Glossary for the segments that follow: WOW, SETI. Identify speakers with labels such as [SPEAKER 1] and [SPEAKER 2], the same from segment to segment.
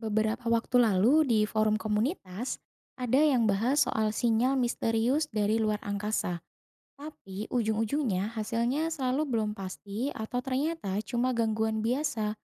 [SPEAKER 1] Beberapa waktu lalu di forum komunitas, ada yang bahas soal sinyal misterius dari luar angkasa. Tapi ujung-ujungnya hasilnya selalu belum pasti atau ternyata cuma gangguan biasa.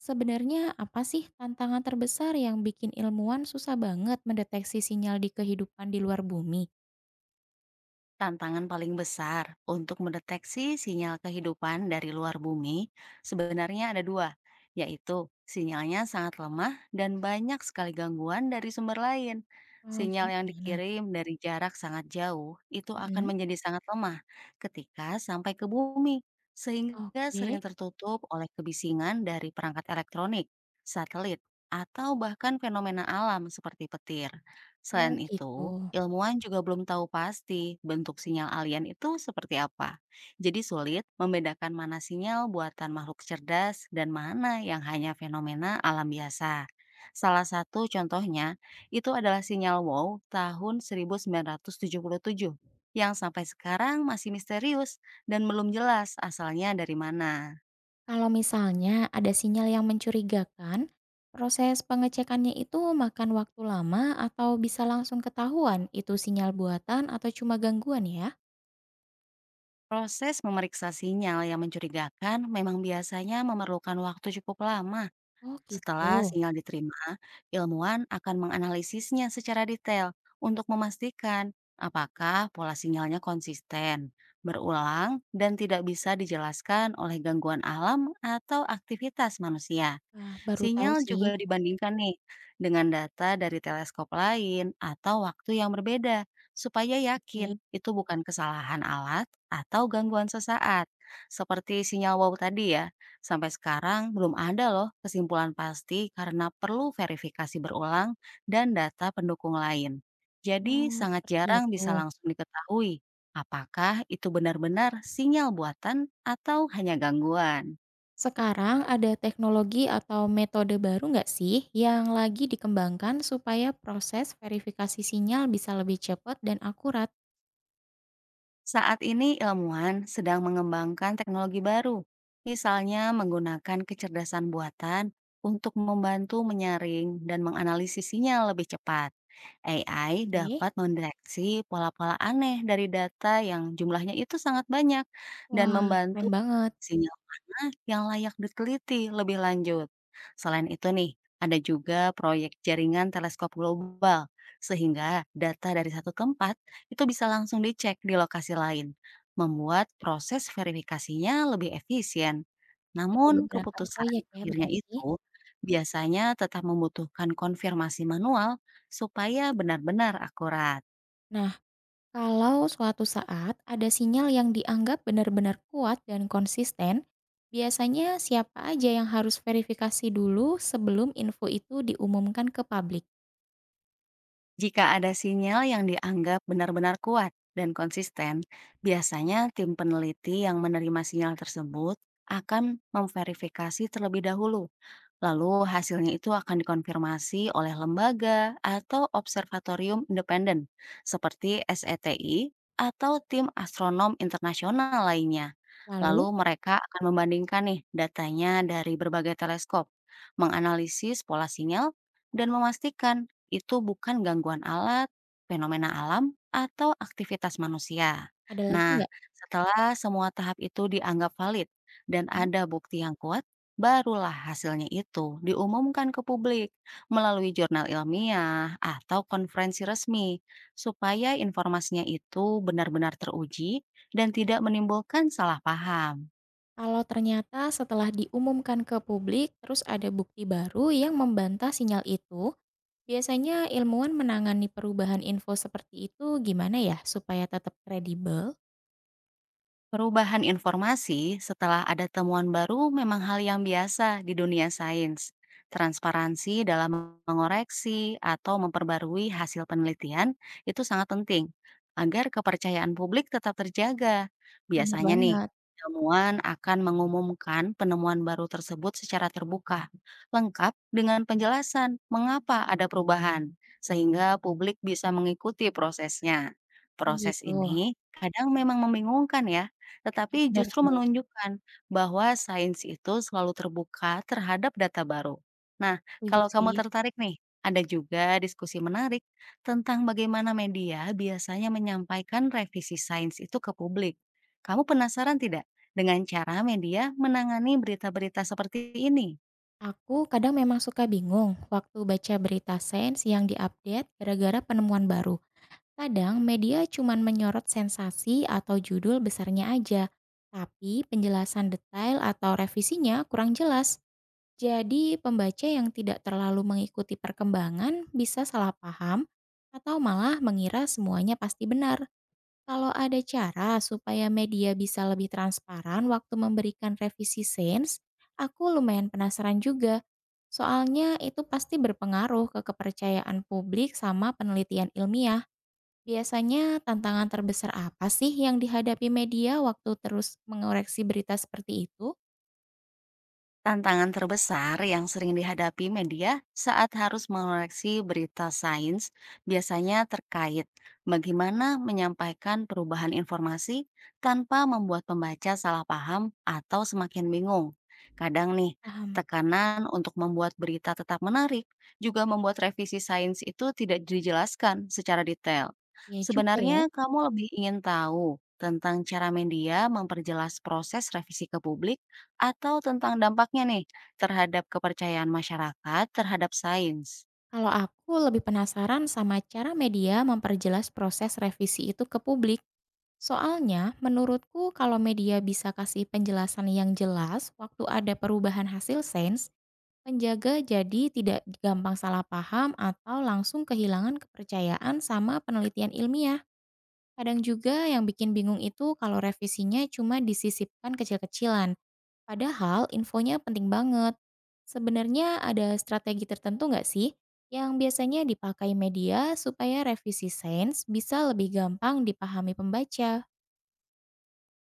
[SPEAKER 1] Sebenarnya apa sih tantangan terbesar yang bikin ilmuwan susah banget mendeteksi sinyal di kehidupan di luar bumi?
[SPEAKER 2] Tantangan paling besar untuk mendeteksi sinyal kehidupan dari luar bumi sebenarnya ada dua, yaitu sinyalnya sangat lemah dan banyak sekali gangguan dari sumber lain.
[SPEAKER 1] Oh,
[SPEAKER 2] Sinyal yang
[SPEAKER 1] gimana?
[SPEAKER 2] dikirim dari jarak sangat jauh itu akan
[SPEAKER 1] Mhm.
[SPEAKER 2] menjadi sangat lemah ketika sampai ke bumi, sehingga sering
[SPEAKER 1] Oke.
[SPEAKER 2] tertutup oleh kebisingan dari perangkat elektronik, satelit, atau bahkan fenomena alam seperti petir.
[SPEAKER 1] Oh,
[SPEAKER 2] Selain
[SPEAKER 1] gitu.
[SPEAKER 2] itu, ilmuwan juga belum tahu pasti bentuk sinyal alien itu seperti apa. Jadi sulit membedakan mana sinyal buatan makhluk cerdas dan mana yang hanya fenomena alam biasa. Salah satu contohnya itu adalah sinyal WOW tahun 1977 yang sampai sekarang masih misterius dan belum jelas asalnya dari mana.
[SPEAKER 1] Kalau misalnya ada sinyal yang mencurigakan, proses pengecekannya itu makan waktu lama atau bisa langsung ketahuan itu sinyal buatan atau cuma gangguan ya?
[SPEAKER 2] Proses memeriksa sinyal yang mencurigakan memang biasanya memerlukan waktu cukup lama.
[SPEAKER 1] Oh,
[SPEAKER 2] Setelah
[SPEAKER 1] gitu.
[SPEAKER 2] sinyal diterima, ilmuwan akan menganalisisnya secara detail untuk memastikan apakah pola sinyalnya konsisten, berulang, dan tidak bisa dijelaskan oleh gangguan alam atau aktivitas manusia.
[SPEAKER 1] Wah, baru tahu
[SPEAKER 2] Sinyal
[SPEAKER 1] sih.
[SPEAKER 2] juga dibandingkan nih dengan data dari teleskop lain atau waktu yang berbeda, supaya
[SPEAKER 1] Oke.
[SPEAKER 2] yakin itu bukan kesalahan alat atau gangguan sesaat. Seperti sinyal wow tadi ya, sampai sekarang belum ada loh kesimpulan pasti karena perlu verifikasi berulang dan data pendukung lain. Jadi
[SPEAKER 1] Oh,
[SPEAKER 2] sangat
[SPEAKER 1] seperti
[SPEAKER 2] jarang
[SPEAKER 1] itu.
[SPEAKER 2] bisa langsung diketahui apakah itu benar-benar sinyal buatan atau hanya gangguan.
[SPEAKER 1] Sekarang ada teknologi atau metode baru nggak sih yang lagi dikembangkan supaya proses verifikasi sinyal bisa lebih cepat dan akurat?
[SPEAKER 2] Saat ini ilmuwan sedang mengembangkan teknologi baru, misalnya menggunakan kecerdasan buatan untuk membantu menyaring dan menganalisis sinyal lebih cepat. AI
[SPEAKER 1] Oke.
[SPEAKER 2] dapat mendeteksi pola-pola aneh dari data yang jumlahnya itu sangat banyak dan
[SPEAKER 1] Wah,
[SPEAKER 2] membantu
[SPEAKER 1] keren banget.
[SPEAKER 2] sinyal mana yang layak diteliti lebih lanjut. Selain itu nih, ada juga proyek jaringan teleskop global, sehingga data dari satu tempat itu bisa langsung dicek di lokasi lain, membuat proses verifikasinya lebih efisien.
[SPEAKER 1] Ada
[SPEAKER 2] Namun,
[SPEAKER 1] beberapa
[SPEAKER 2] keputusan
[SPEAKER 1] proyek ya
[SPEAKER 2] akhirnya
[SPEAKER 1] berarti.
[SPEAKER 2] itu biasanya tetap membutuhkan konfirmasi manual supaya benar-benar akurat.
[SPEAKER 1] Nah, kalau suatu saat ada sinyal yang dianggap benar-benar kuat dan konsisten, biasanya siapa aja yang harus verifikasi dulu sebelum info itu diumumkan ke publik?
[SPEAKER 2] Jika ada sinyal yang dianggap benar-benar kuat dan konsisten, biasanya tim peneliti yang menerima sinyal tersebut akan memverifikasi terlebih dahulu. Lalu hasilnya itu akan dikonfirmasi oleh lembaga atau observatorium independen seperti SETI atau tim astronom internasional lainnya. Lalu
[SPEAKER 1] Lalu,
[SPEAKER 2] mereka akan membandingkan nih datanya dari berbagai teleskop, menganalisis pola sinyal, dan memastikan itu bukan gangguan alat, fenomena alam, atau aktivitas manusia.
[SPEAKER 1] ada lagi
[SPEAKER 2] Nah,
[SPEAKER 1] nggak?
[SPEAKER 2] setelah semua tahap itu dianggap valid dan
[SPEAKER 1] Mhm.
[SPEAKER 2] ada bukti yang kuat, barulah hasilnya itu diumumkan ke publik melalui jurnal ilmiah atau konferensi resmi, supaya informasinya itu benar-benar teruji dan tidak menimbulkan salah paham.
[SPEAKER 1] Kalau ternyata setelah diumumkan ke publik, terus ada bukti baru yang membantah sinyal itu, biasanya ilmuwan menangani perubahan info seperti itu gimana ya supaya tetap kredibel?
[SPEAKER 2] Perubahan informasi setelah ada temuan baru memang hal yang biasa di dunia sains. Transparansi dalam mengoreksi atau memperbarui hasil penelitian itu sangat penting agar kepercayaan publik tetap terjaga.
[SPEAKER 1] Bener
[SPEAKER 2] Biasanya nih,
[SPEAKER 1] banget.
[SPEAKER 2] ilmuwan akan mengumumkan penemuan baru tersebut secara terbuka, lengkap dengan penjelasan mengapa ada perubahan, sehingga publik bisa mengikuti prosesnya.
[SPEAKER 1] Oh
[SPEAKER 2] Proses
[SPEAKER 1] gitu,
[SPEAKER 2] ini kadang memang membingungkan ya, tetapi
[SPEAKER 1] bener
[SPEAKER 2] justru
[SPEAKER 1] tuh,
[SPEAKER 2] menunjukkan bahwa sains itu selalu terbuka terhadap data baru. Nah,
[SPEAKER 1] setuju
[SPEAKER 2] kalau kamu
[SPEAKER 1] sih.
[SPEAKER 2] tertarik nih, ada juga diskusi menarik tentang bagaimana media biasanya menyampaikan revisi sains itu ke publik. Kamu penasaran tidak dengan cara media menangani berita-berita seperti ini?
[SPEAKER 1] Aku kadang memang suka bingung waktu baca berita sains yang diupdate gara-gara penemuan baru. Kadang media cuman menyorot sensasi atau judul besarnya aja, tapi penjelasan detail atau revisinya kurang jelas. Jadi pembaca yang tidak terlalu mengikuti perkembangan bisa salah paham atau malah mengira semuanya pasti benar. Kalau ada cara supaya media bisa lebih transparan waktu memberikan revisi sains, aku lumayan penasaran juga. Soalnya itu pasti berpengaruh ke kepercayaan publik sama penelitian ilmiah. Biasanya tantangan terbesar apa sih yang dihadapi media waktu terus mengoreksi berita seperti itu?
[SPEAKER 2] Tantangan terbesar yang sering dihadapi media saat harus mengoreksi berita sains biasanya terkait bagaimana menyampaikan perubahan informasi tanpa membuat pembaca salah paham atau semakin bingung. Kadang nih,
[SPEAKER 1] Paham.
[SPEAKER 2] tekanan untuk membuat berita tetap menarik juga membuat revisi sains itu tidak dijelaskan secara detail.
[SPEAKER 1] Iya juga ya.
[SPEAKER 2] Sebenarnya kamu lebih ingin tahu tentang cara media memperjelas proses revisi ke publik atau tentang dampaknya nih, terhadap kepercayaan masyarakat terhadap sains?
[SPEAKER 1] Kalau aku lebih penasaran sama cara media memperjelas proses revisi itu ke publik. Soalnya, menurutku kalau media bisa kasih penjelasan yang jelas waktu ada perubahan hasil sains, penjaga jadi tidak gampang salah paham atau langsung kehilangan kepercayaan sama penelitian ilmiah. Kadang juga yang bikin bingung itu kalau revisinya cuma disisipkan kecil-kecilan. Padahal infonya penting banget. Sebenarnya ada strategi tertentu nggak sih yang biasanya dipakai media supaya revisi sains bisa lebih gampang dipahami pembaca?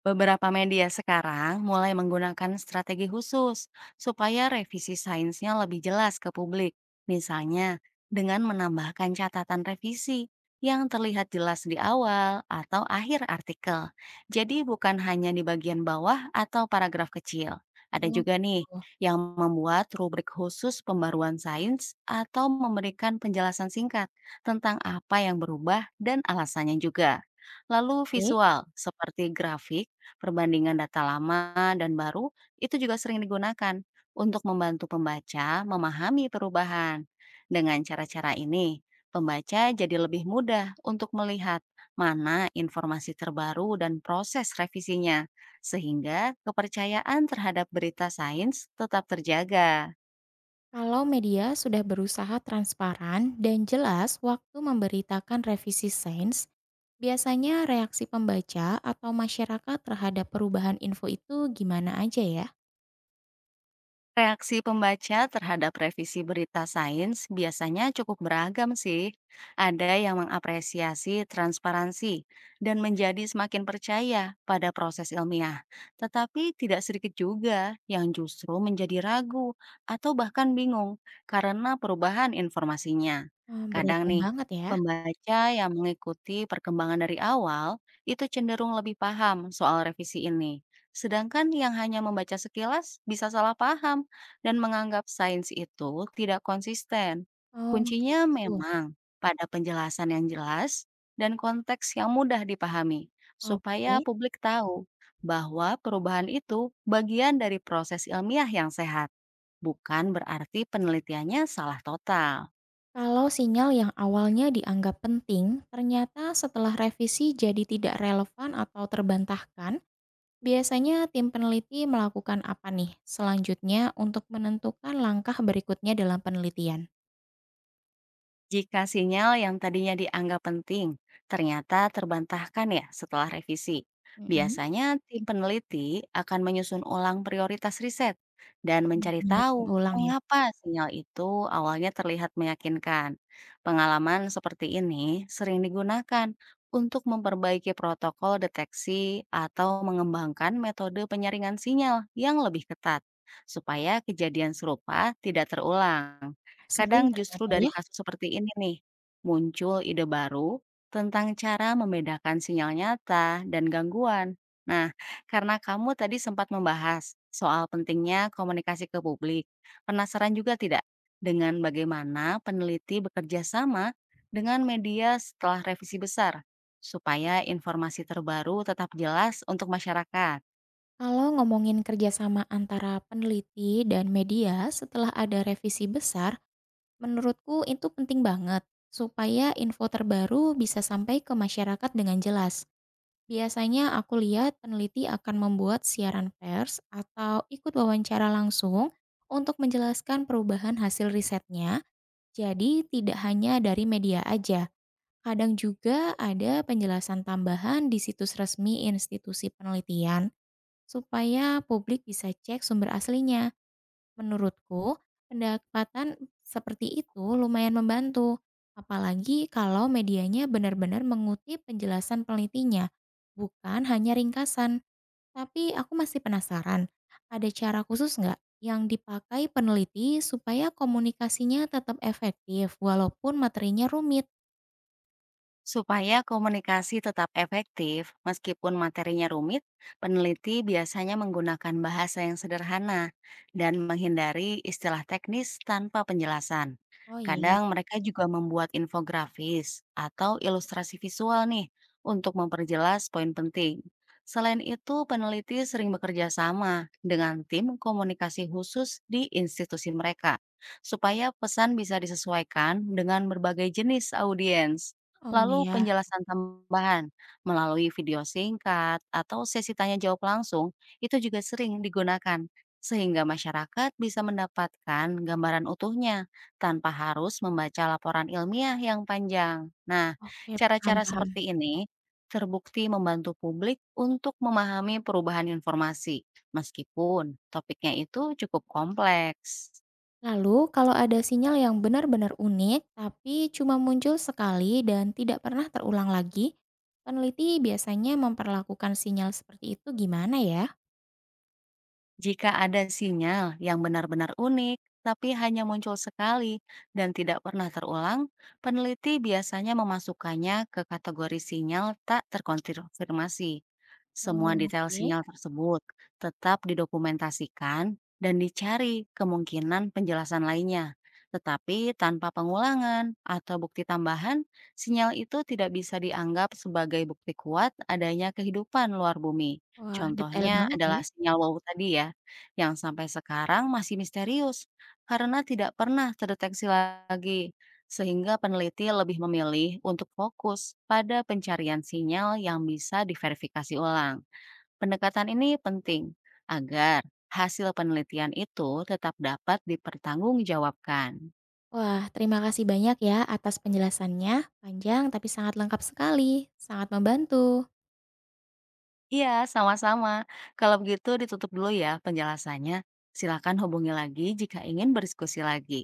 [SPEAKER 2] Beberapa media sekarang mulai menggunakan strategi khusus supaya revisi sainsnya lebih jelas ke publik. Misalnya, dengan menambahkan catatan revisi yang terlihat jelas di awal atau akhir artikel. Jadi bukan hanya di bagian bawah atau paragraf kecil. Ada
[SPEAKER 1] Oh,
[SPEAKER 2] juga nih
[SPEAKER 1] gitu.
[SPEAKER 2] yang membuat rubrik khusus pembaruan sains atau memberikan penjelasan singkat tentang apa yang berubah dan alasannya juga. Lalu
[SPEAKER 1] Oke,
[SPEAKER 2] visual seperti grafik perbandingan data lama dan baru itu juga sering digunakan untuk membantu pembaca memahami perubahan. Dengan cara-cara ini, pembaca jadi lebih mudah untuk melihat mana informasi terbaru dan proses revisinya, sehingga kepercayaan terhadap berita sains tetap terjaga.
[SPEAKER 1] kalau media sudah berusaha transparan dan jelas waktu memberitakan revisi sains, biasanya reaksi pembaca atau masyarakat terhadap perubahan info itu gimana aja ya?
[SPEAKER 2] Reaksi pembaca terhadap revisi berita sains biasanya cukup beragam sih. Ada yang mengapresiasi transparansi dan menjadi semakin percaya pada proses ilmiah. Tetapi tidak sedikit juga yang justru menjadi ragu atau bahkan bingung karena perubahan informasinya.
[SPEAKER 1] Ah,
[SPEAKER 2] Kadang
[SPEAKER 1] beragam
[SPEAKER 2] nih,
[SPEAKER 1] banget ya.
[SPEAKER 2] pembaca yang mengikuti perkembangan dari awal itu cenderung lebih paham soal revisi ini. Sedangkan yang hanya membaca sekilas bisa salah paham dan menganggap sains itu tidak konsisten.
[SPEAKER 1] Oh,
[SPEAKER 2] Kuncinya
[SPEAKER 1] gitu.
[SPEAKER 2] memang pada penjelasan yang jelas dan konteks yang mudah dipahami, supaya
[SPEAKER 1] Oke.
[SPEAKER 2] publik tahu bahwa perubahan itu bagian dari proses ilmiah yang sehat, bukan berarti penelitiannya salah total.
[SPEAKER 1] Kalau sinyal yang awalnya dianggap penting, ternyata setelah revisi jadi tidak relevan atau terbantahkan, biasanya tim peneliti melakukan apa nih selanjutnya untuk menentukan langkah berikutnya dalam penelitian?
[SPEAKER 2] Jika sinyal yang tadinya dianggap penting ternyata terbantahkan ya setelah revisi,
[SPEAKER 1] Mhm.
[SPEAKER 2] biasanya tim peneliti akan menyusun ulang prioritas riset dan
[SPEAKER 1] Mmm,
[SPEAKER 2] mencari
[SPEAKER 1] menyusun
[SPEAKER 2] tahu
[SPEAKER 1] ulang ya.
[SPEAKER 2] mengapa sinyal itu awalnya terlihat meyakinkan. Pengalaman seperti ini sering digunakan untuk memperbaiki protokol deteksi atau mengembangkan metode penyaringan sinyal yang lebih ketat supaya kejadian serupa tidak terulang.
[SPEAKER 1] Sering
[SPEAKER 2] Kadang justru
[SPEAKER 1] ternyata
[SPEAKER 2] dari
[SPEAKER 1] ya
[SPEAKER 2] kasus seperti ini nih, muncul ide baru tentang cara membedakan sinyal nyata dan gangguan. Nah, karena kamu tadi sempat membahas soal pentingnya komunikasi ke publik, penasaran juga tidak dengan bagaimana peneliti bekerja sama dengan media setelah revisi besar, supaya informasi terbaru tetap jelas untuk masyarakat?
[SPEAKER 1] kalau ngomongin kerjasama antara peneliti dan media setelah ada revisi besar, menurutku itu penting banget supaya info terbaru bisa sampai ke masyarakat dengan jelas. Biasanya aku lihat peneliti akan membuat siaran pers atau ikut wawancara langsung untuk menjelaskan perubahan hasil risetnya. Jadi tidak hanya dari media aja. Kadang juga ada penjelasan tambahan di situs resmi institusi penelitian supaya publik bisa cek sumber aslinya. Menurutku, pendapatan seperti itu lumayan membantu, apalagi kalau medianya benar-benar mengutip penjelasan penelitinya, bukan hanya ringkasan. Tapi aku masih penasaran, ada cara khusus nggak yang dipakai peneliti supaya komunikasinya tetap efektif walaupun materinya rumit?
[SPEAKER 2] Supaya komunikasi tetap efektif, meskipun materinya rumit, peneliti biasanya menggunakan bahasa yang sederhana dan menghindari istilah teknis tanpa penjelasan.
[SPEAKER 1] Oh iya,
[SPEAKER 2] Kadang mereka juga membuat infografis atau ilustrasi visual nih untuk memperjelas poin penting. Selain itu, peneliti sering bekerja sama dengan tim komunikasi khusus di institusi mereka, supaya pesan bisa disesuaikan dengan berbagai jenis audiens.
[SPEAKER 1] oh
[SPEAKER 2] Lalu
[SPEAKER 1] iya,
[SPEAKER 2] penjelasan tambahan melalui video singkat atau sesi tanya jawab langsung itu juga sering digunakan sehingga masyarakat bisa mendapatkan gambaran utuhnya tanpa harus membaca laporan ilmiah yang panjang. Nah,
[SPEAKER 1] oke, paham
[SPEAKER 2] cara-cara
[SPEAKER 1] paham.
[SPEAKER 2] seperti ini terbukti membantu publik untuk memahami perubahan informasi meskipun topiknya itu cukup kompleks.
[SPEAKER 1] Lalu, kalau ada sinyal yang benar-benar unik, tapi cuma muncul sekali dan tidak pernah terulang lagi, peneliti biasanya memperlakukan sinyal seperti itu gimana ya?
[SPEAKER 2] Jika ada sinyal yang benar-benar unik, tapi hanya muncul sekali dan tidak pernah terulang, peneliti biasanya memasukkannya ke kategori sinyal tak terkonfirmasi. Semua
[SPEAKER 1] Oh,
[SPEAKER 2] detail
[SPEAKER 1] oke.
[SPEAKER 2] sinyal tersebut tetap didokumentasikan dan dicari kemungkinan penjelasan lainnya. Tetapi tanpa pengulangan atau bukti tambahan, sinyal itu tidak bisa dianggap sebagai bukti kuat adanya kehidupan luar bumi.
[SPEAKER 1] Wah, detail
[SPEAKER 2] Contohnya
[SPEAKER 1] banget
[SPEAKER 2] adalah
[SPEAKER 1] ya.
[SPEAKER 2] sinyal wow tadi ya yang sampai sekarang masih misterius karena tidak pernah terdeteksi lagi, sehingga peneliti lebih memilih untuk fokus pada pencarian sinyal yang bisa diverifikasi ulang. Pendekatan ini penting agar hasil penelitian itu tetap dapat dipertanggungjawabkan.
[SPEAKER 1] Wah, terima kasih banyak ya atas penjelasannya. Panjang tapi sangat lengkap sekali. Sangat membantu.
[SPEAKER 2] Iya, sama-sama. Kalau begitu ditutup dulu ya penjelasannya. Silakan hubungi lagi jika ingin berdiskusi lagi.